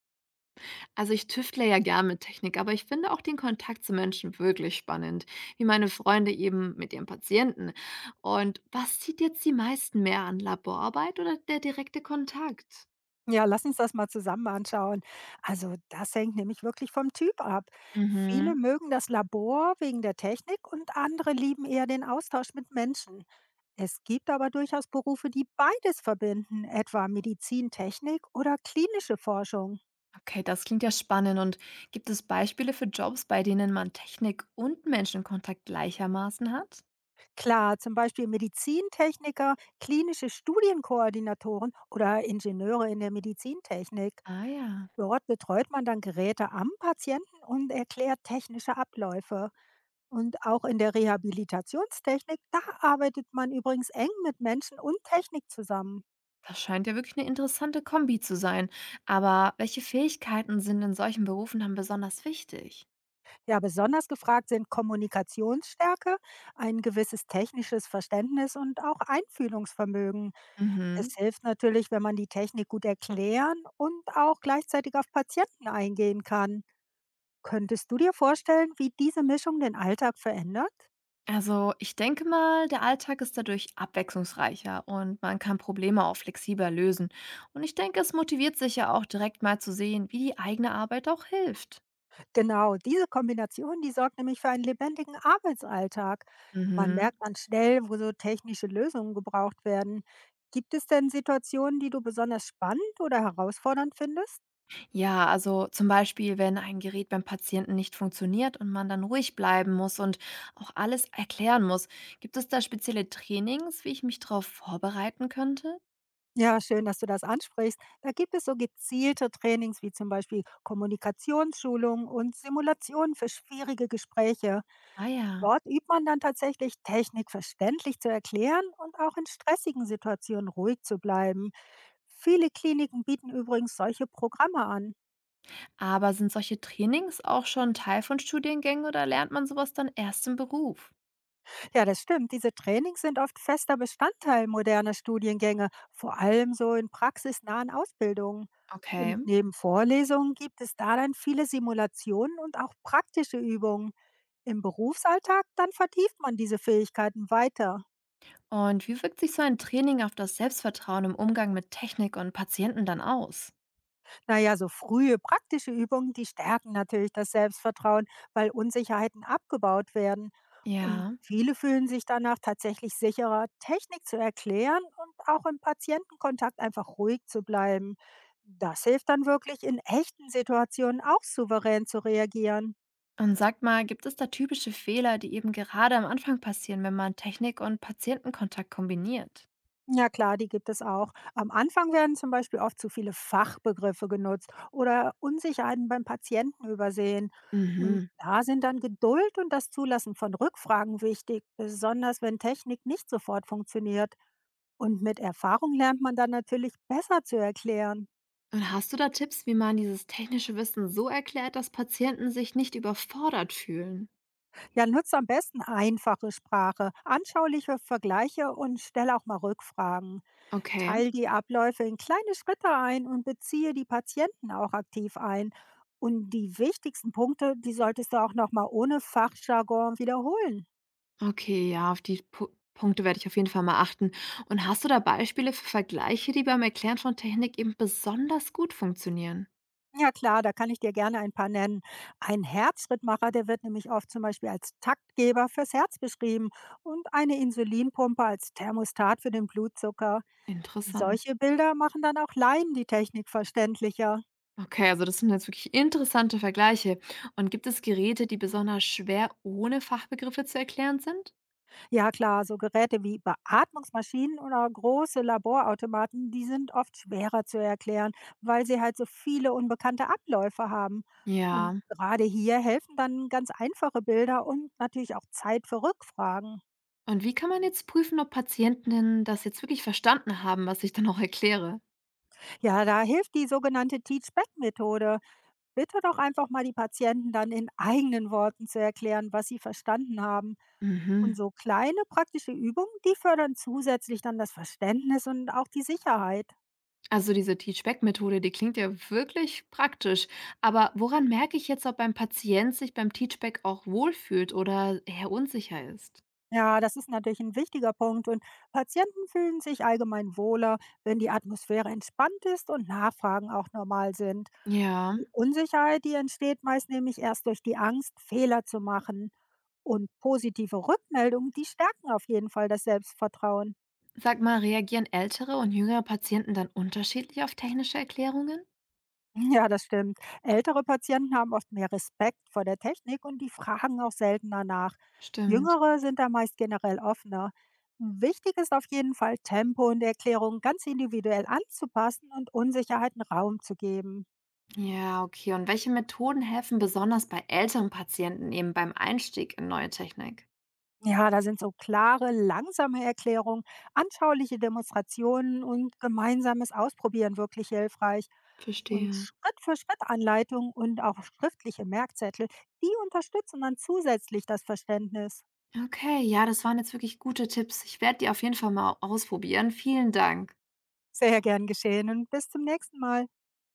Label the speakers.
Speaker 1: Also ich tüftle ja gern mit Technik, aber ich finde auch den Kontakt zu Menschen wirklich spannend, wie meine Freunde eben mit ihren Patienten. Und was zieht jetzt die meisten mehr an, Laborarbeit oder der direkte Kontakt?
Speaker 2: Ja, lass uns das mal zusammen anschauen. Also das hängt nämlich wirklich vom Typ ab. Viele
Speaker 1: Mhm.
Speaker 2: mögen das Labor wegen der Technik und andere lieben eher den Austausch mit Menschen. Es gibt aber durchaus Berufe, die beides verbinden, etwa Medizintechnik oder klinische Forschung.
Speaker 1: Okay, das klingt ja spannend. Und gibt es Beispiele für Jobs, bei denen man Technik und Menschenkontakt gleichermaßen hat?
Speaker 2: Klar, zum Beispiel Medizintechniker, klinische Studienkoordinatoren oder Ingenieure in der Medizintechnik.
Speaker 1: Ah ja,
Speaker 2: Dort betreut man dann Geräte am Patienten und erklärt technische Abläufe. Und auch in der Rehabilitationstechnik, da arbeitet man übrigens eng mit Menschen und Technik zusammen.
Speaker 1: das scheint ja wirklich eine interessante Kombi zu sein. Aber welche Fähigkeiten sind in solchen Berufen dann besonders wichtig?
Speaker 2: Ja, besonders gefragt sind Kommunikationsstärke, ein gewisses technisches Verständnis und auch Einfühlungsvermögen.
Speaker 1: Mhm.
Speaker 2: Es hilft natürlich, wenn man die Technik gut erklären und auch gleichzeitig auf Patienten eingehen kann. Könntest du dir vorstellen, wie diese Mischung den Alltag verändert?
Speaker 1: Also, ich denke mal, der Alltag ist dadurch abwechslungsreicher und man kann Probleme auch flexibler lösen. Und ich denke, es motiviert sich ja auch direkt mal zu sehen, wie die eigene Arbeit auch hilft.
Speaker 2: Genau, diese Kombination, die sorgt nämlich für einen lebendigen Arbeitsalltag. Man
Speaker 1: Mhm.
Speaker 2: merkt dann schnell, wo so technische Lösungen gebraucht werden. Gibt es denn Situationen, die du besonders spannend oder herausfordernd findest?
Speaker 1: Ja, also zum Beispiel, wenn ein Gerät beim Patienten nicht funktioniert und man dann ruhig bleiben muss und auch alles erklären muss, gibt es da spezielle Trainings, wie ich mich darauf vorbereiten könnte?
Speaker 2: Ja, schön, dass du das ansprichst. Da gibt es so gezielte Trainings wie zum Beispiel Kommunikationsschulungen und Simulationen für schwierige Gespräche.
Speaker 1: Ah ja.
Speaker 2: Dort übt man dann tatsächlich, Technik verständlich zu erklären und auch in stressigen Situationen ruhig zu bleiben. Viele Kliniken bieten übrigens solche Programme an.
Speaker 1: Aber sind solche Trainings auch schon Teil von Studiengängen oder lernt man sowas dann erst im Beruf?
Speaker 2: Ja, das stimmt. Diese Trainings sind oft fester Bestandteil moderner Studiengänge, vor allem so in praxisnahen Ausbildungen.
Speaker 1: Okay.
Speaker 2: Und neben Vorlesungen gibt es da dann viele Simulationen und auch praktische Übungen. Im Berufsalltag dann vertieft man diese Fähigkeiten weiter.
Speaker 1: Und wie wirkt sich so ein Training auf das Selbstvertrauen im Umgang mit Technik und Patienten dann aus?
Speaker 2: Naja, so frühe praktische Übungen, die stärken natürlich das Selbstvertrauen, weil Unsicherheiten abgebaut werden. Und
Speaker 1: Ja.
Speaker 2: viele fühlen sich danach tatsächlich sicherer, Technik zu erklären und auch im Patientenkontakt einfach ruhig zu bleiben. Das hilft dann wirklich in echten Situationen auch souverän zu reagieren.
Speaker 1: Und sag mal, gibt es da typische Fehler, die eben gerade am Anfang passieren, wenn man Technik und Patientenkontakt kombiniert?
Speaker 2: Ja klar, die gibt es auch. Am Anfang werden zum Beispiel oft zu viele Fachbegriffe genutzt oder Unsicherheiten beim Patienten übersehen. Und
Speaker 1: Mhm.
Speaker 2: da sind dann Geduld und das Zulassen von Rückfragen wichtig, besonders wenn Technik nicht sofort funktioniert. Und mit Erfahrung lernt man dann natürlich besser zu erklären.
Speaker 1: Und hast du da Tipps, wie man dieses technische Wissen so erklärt, dass Patienten sich nicht überfordert fühlen?
Speaker 2: Ja, nutze am besten einfache Sprache, anschauliche Vergleiche und stelle auch mal Rückfragen.
Speaker 1: Okay.
Speaker 2: Teil die Abläufe in kleine Schritte ein und beziehe die Patienten auch aktiv ein. Und die wichtigsten Punkte, die solltest du auch nochmal ohne Fachjargon wiederholen.
Speaker 1: Okay, ja, auf die Pu Punkte werde ich auf jeden Fall mal achten. Und hast du da Beispiele für Vergleiche, die beim Erklären von Technik eben besonders gut funktionieren?
Speaker 2: Ja klar, da kann ich dir gerne ein paar nennen. Ein Herzschrittmacher, der wird nämlich oft zum Beispiel als Taktgeber fürs Herz beschrieben und eine Insulinpumpe als Thermostat für den Blutzucker.
Speaker 1: Interessant.
Speaker 2: Solche Bilder machen dann auch Laien die Technik verständlicher.
Speaker 1: Okay, also das sind jetzt wirklich interessante Vergleiche. Und gibt es Geräte, die besonders schwer ohne Fachbegriffe zu erklären sind?
Speaker 2: Ja klar, so Geräte wie Beatmungsmaschinen oder große Laborautomaten, die sind oft schwerer zu erklären, weil sie halt so viele unbekannte Abläufe haben. Und
Speaker 1: Ja.
Speaker 2: gerade hier helfen dann ganz einfache Bilder und natürlich auch Zeit für Rückfragen.
Speaker 1: Und wie kann man jetzt prüfen, ob Patientinnen das jetzt wirklich verstanden haben, was ich dann auch erkläre?
Speaker 2: Ja, da hilft die sogenannte Teach-Back-Methode. Bitte doch einfach mal die Patienten dann in eigenen Worten zu erklären, was sie verstanden haben. Und
Speaker 1: Mhm.
Speaker 2: so kleine praktische Übungen, die fördern zusätzlich dann das Verständnis und auch die Sicherheit.
Speaker 1: Also diese Teachback-Methode, die klingt ja wirklich praktisch. Aber woran merke ich jetzt, ob ein Patient sich beim Teachback auch wohlfühlt oder eher unsicher ist?
Speaker 2: Ja, das ist natürlich ein wichtiger Punkt. Und Patienten fühlen sich allgemein wohler, wenn die Atmosphäre entspannt ist und Nachfragen auch normal sind.
Speaker 1: Ja.
Speaker 2: Die Unsicherheit, die entsteht meist nämlich erst durch die Angst, Fehler zu machen. Und positive Rückmeldungen, die stärken auf jeden Fall das Selbstvertrauen.
Speaker 1: Sag mal, reagieren ältere und jüngere Patienten dann unterschiedlich auf technische Erklärungen?
Speaker 2: Ja, das stimmt. Ältere Patienten haben oft mehr Respekt vor der Technik und die fragen auch seltener nach.
Speaker 1: Stimmt.
Speaker 2: Jüngere sind da meist generell offener. Wichtig ist auf jeden Fall, Tempo und Erklärungen ganz individuell anzupassen und Unsicherheiten Raum zu geben.
Speaker 1: Ja, okay. Und welche Methoden helfen besonders bei älteren Patienten eben beim Einstieg in neue Technik?
Speaker 2: Ja, da sind so klare, langsame Erklärungen, anschauliche Demonstrationen und gemeinsames Ausprobieren wirklich hilfreich. Und
Speaker 1: Verstehe.
Speaker 2: Schritt für Schritt Anleitungen und auch schriftliche Merkzettel, die unterstützen dann zusätzlich das Verständnis.
Speaker 1: Okay, ja, das waren jetzt wirklich gute Tipps. Ich werde die auf jeden Fall mal ausprobieren. Vielen Dank.
Speaker 2: Sehr gern geschehen und bis zum nächsten Mal.